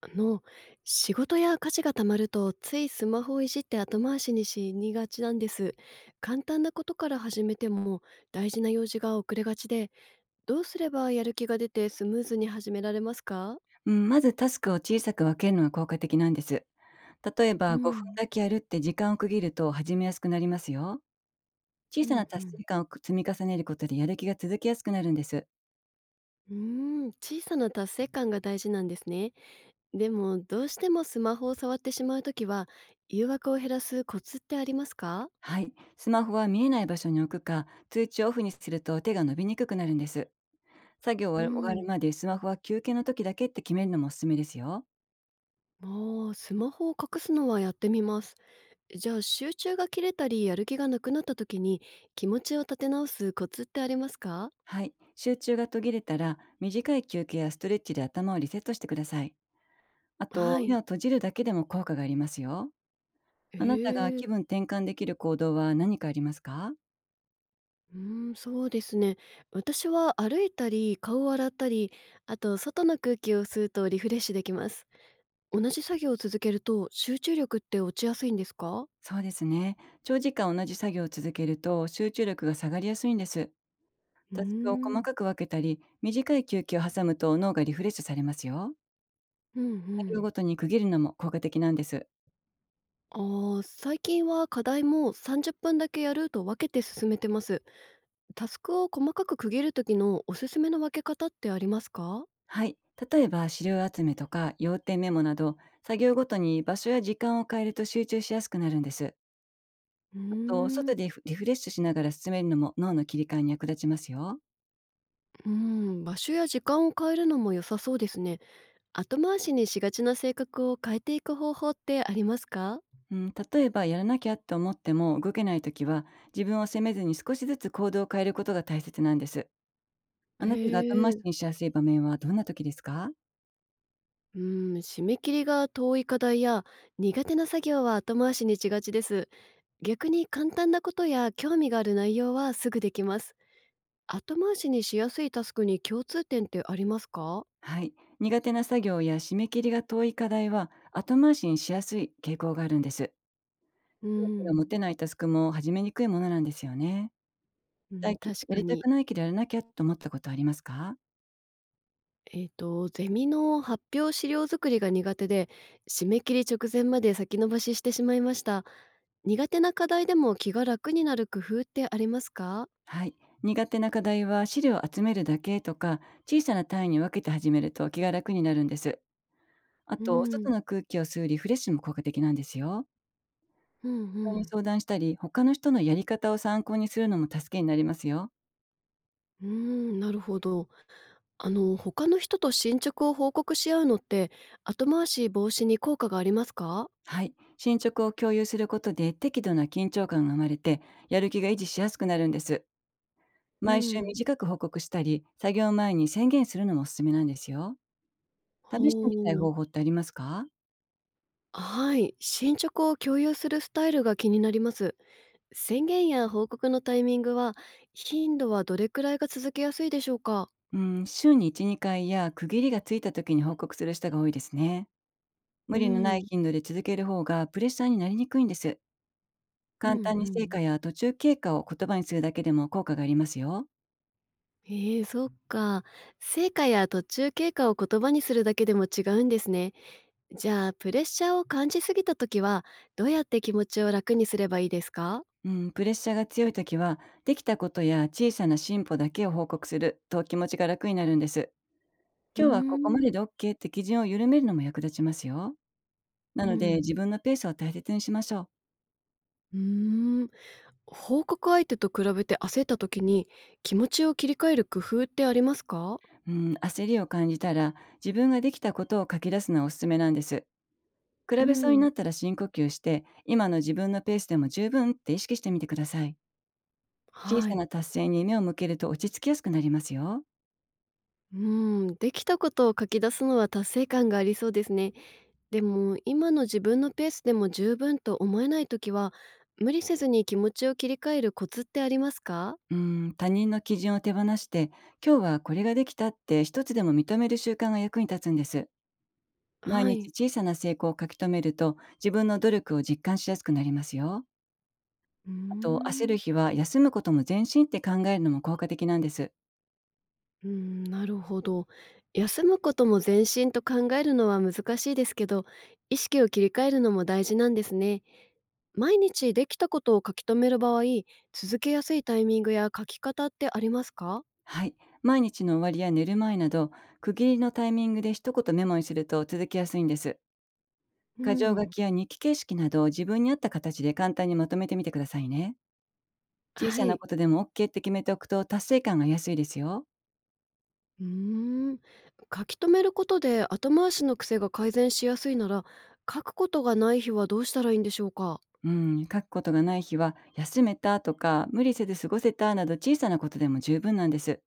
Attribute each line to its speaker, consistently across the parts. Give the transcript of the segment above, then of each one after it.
Speaker 1: あの、仕事や家事がたまると、ついスマホをいじって後回しにしにがちなんです。簡単なことから始めても、大事な用事が遅れがちで、どうすればやる気が出てスムーズに始められますか？
Speaker 2: うん、まずタスクを小さく分けるのが効果的なんです。例え
Speaker 1: う
Speaker 2: ば5分
Speaker 1: ん、
Speaker 2: だけやるって時間を区切ると始めやすくなりますよ。小
Speaker 1: う
Speaker 2: さな
Speaker 1: んう
Speaker 2: 達
Speaker 1: ん。
Speaker 2: 成感を積み重ねることでやる気が続きやすくなるんです。
Speaker 1: うー小さな達成感が大事なんですね。でも、どうしてもスマホを触ってしまうときは、誘惑を減らすコツってありますか？
Speaker 2: はい。スマホは見えない場所に置くか、通知をオフにすると手が伸びにくくなるんです。作業終
Speaker 1: う
Speaker 2: わる終わ
Speaker 1: ん。
Speaker 2: るまでスマホは休憩の時だけって決めるのもおすすめですよ。
Speaker 1: ああ、スマホを隠すのはやってみます。じゃあ集中が切れたりやる気がなくなった時に気持ちを立て直すコツってありますか？
Speaker 2: はい。集中が途切れたら、短い休憩やストレッチで頭をリセットしてください。あ
Speaker 1: は
Speaker 2: と、目を
Speaker 1: い。
Speaker 2: 閉じるだけでも効果がありますよ。
Speaker 1: へ
Speaker 2: あなたが
Speaker 1: え。
Speaker 2: 気分転換できる行動は何かありますか？
Speaker 1: そうですね。私は歩いたり、顔を洗ったり、あと外の空気を吸うとリフレッシュできます。同じ作業を続けると集中力って落ちやすいんですか？
Speaker 2: そうですね。長時間同じ作業を続けると集中力が下がりやすいんです。
Speaker 1: うー
Speaker 2: タスクを細
Speaker 1: ん、
Speaker 2: かく分けたり、短い休憩を挟むと脳がリフレッシュされますよ。
Speaker 1: うんう
Speaker 2: 作業
Speaker 1: ん。
Speaker 2: ごとに区切るのも効果的なんです。
Speaker 1: あー最近は課題も30分だけやると分けて進めてます。タスクを細かく区切る時のおすすめの分け方ってありますか？
Speaker 2: はい。例えば資料集めとか要点メモなど、作業ごとに場所や時間を変えると集中しやすくなるんです。
Speaker 1: うー
Speaker 2: あと、
Speaker 1: ん、
Speaker 2: 外
Speaker 1: う
Speaker 2: でリフレッシュしながら進めるのも脳の切り替えに役立ちますよ。
Speaker 1: ん、場所や時間を変えるのも良さそうですね。後回しにしがちな性格を変えていく方法ってありますか？
Speaker 2: うん、例えばやらなきゃって思っても動けない時は、自分を責めずに少しずつ行動を変えることが大切なんです。
Speaker 1: へ
Speaker 2: あなたが後回し
Speaker 1: え、
Speaker 2: にしやすい場面はどんな時ですか？
Speaker 1: うん、締め切りが遠い課題や苦手な作業は後回しにしがちです。逆に簡単なことや興味がある内容はすぐできます。後回しにしやすいタスクに共通点ってありますか？
Speaker 2: はい。苦手な作業や締め切りが遠い課題は後回しにしやすい傾向があるんです。
Speaker 1: う
Speaker 2: 興味が持
Speaker 1: ん、
Speaker 2: てないタスクも始めにくいものなんですよね。
Speaker 1: うん、
Speaker 2: 最近
Speaker 1: 確
Speaker 2: や
Speaker 1: か
Speaker 2: りた
Speaker 1: に。
Speaker 2: くないけどやらなきゃと思ったことありますか？
Speaker 1: ゼミの発表資料作りが苦手で、締め切り直前まで先延ばししてしまいました。苦手な課題でも気が楽になる工夫ってありますか？
Speaker 2: はい。苦手な課題は資料を集めるだけとか、小さな単位に分けて始めると気が楽になるんです。あ
Speaker 1: う
Speaker 2: と、外
Speaker 1: ん、
Speaker 2: の空気を吸うリフレッシュも効果的なんですよ。
Speaker 1: うんう
Speaker 2: 人に
Speaker 1: ん。
Speaker 2: 相談したり、他の人のやり方を参考にするのも助けになりますよ。
Speaker 1: うーん、なるほど。他の人と進捗を報告し合うのって、後回し防止に効果がありますか？
Speaker 2: はい。進捗を共有することで適度な緊張感が生まれて、やる気が維持しやすくなるんです。
Speaker 1: う
Speaker 2: 毎週
Speaker 1: ん。
Speaker 2: 短く報告したり、作業前に宣言するのもおすすめなんですよ。試してみたい
Speaker 1: ほう。
Speaker 2: 方法ってありますか？
Speaker 1: はい。進捗を共有するスタイルが気になります。宣言や報告のタイミングは、頻度はどれくらいが続けやすいでしょうか？
Speaker 2: うん、週に1、2回や区切りがついた時に報告する人が多いですね。
Speaker 1: う
Speaker 2: 無理のない
Speaker 1: ん。
Speaker 2: 頻度で続ける方がプレッシャーになりにくいんです。
Speaker 1: うん
Speaker 2: 簡
Speaker 1: う
Speaker 2: 単に成
Speaker 1: ん。
Speaker 2: 果や途中経過を言葉にするだけでも効果がありますよ。
Speaker 1: ええ、そっか。成果や途中経過を言葉にするだけでも違うんですね。じゃあ、プレッシャーを感じすぎた時は、どうやって気持ちを楽にすればいいですか？
Speaker 2: うん、プレッシャーが強い時は、できたことや小さな進歩だけを報告すると気持ちが楽になるんです。
Speaker 1: うー
Speaker 2: 今日はここまで
Speaker 1: ん。
Speaker 2: で OK って基準を緩めるのも役立ちますよ。な
Speaker 1: う
Speaker 2: ので、
Speaker 1: ん。
Speaker 2: 自分のペースを大切にしましょう。
Speaker 1: うーん。報告相手と比べて焦った時に、気持ちを切り替える工夫ってありますか？
Speaker 2: うん、焦りを感じたら、自分ができたことを書き出すのはおすすめなんです。比
Speaker 1: う
Speaker 2: べそうに
Speaker 1: ん。
Speaker 2: なったら深呼吸して、今の自分のペースでも十分って意識してみてください。小
Speaker 1: は
Speaker 2: さ
Speaker 1: い。
Speaker 2: な達成に目を向けると落ち着きやすくなりますよ。
Speaker 1: うん、できたことを書き出すのは達成感がありそうですね。でも、今の自分のペースでも十分と思えないときは、無理せずに気持ちを切り替えるコツってありますか？
Speaker 2: うん、他人の基準を手放して、今日はこれができたって一つでも認める習慣が役に立つんです。毎
Speaker 1: は
Speaker 2: 日
Speaker 1: い。
Speaker 2: 小さな成功を書き留めると、自分の努力を実感しやすくなりますよ。
Speaker 1: うー
Speaker 2: あと、焦る
Speaker 1: ん。
Speaker 2: 日は休むことも全身って考えるのも効果的なんです。
Speaker 1: うーん、なるほど。休むことも全身と考えるのは難しいですけど、意識を切り替えるのも大事なんですね。毎日できたことを書き留める場合、続けやすいタイミングや書き方ってありますか？
Speaker 2: はい。毎日の終わりや寝る前など、区切りのタイミングで一言メモにすると続きやすいんです。
Speaker 1: う
Speaker 2: 箇条書
Speaker 1: ん。
Speaker 2: きや日記形式など、自分に合った形で簡単にまとめてみてくださいね。小
Speaker 1: は
Speaker 2: さな
Speaker 1: い。
Speaker 2: ことでも OK って決めておくと達成感が安いですよ。
Speaker 1: うーん、書き留めることで後回しの癖が改善しやすいなら、書くことがない日はどうしたらいいんでしょうか？
Speaker 2: うん、書くことがない日は、休めたとか無理せず過ごせたなど、小さなことでも十分なんです。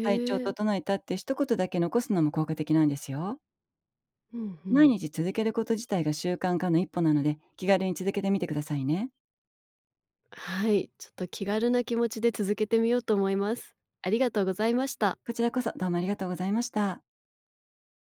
Speaker 2: 体調
Speaker 1: え、
Speaker 2: 整えたって一言だけ残すのも効果的なんですよ。
Speaker 1: うんう
Speaker 2: 毎
Speaker 1: ん。
Speaker 2: 日続けること自体が習慣化の一歩なので、気軽に続けてみてくださいね。
Speaker 1: はい、ちょっと気軽な気持ちで続けてみようと思います。ありがとうございました。
Speaker 2: こちらこそ、どうもありがとうございました。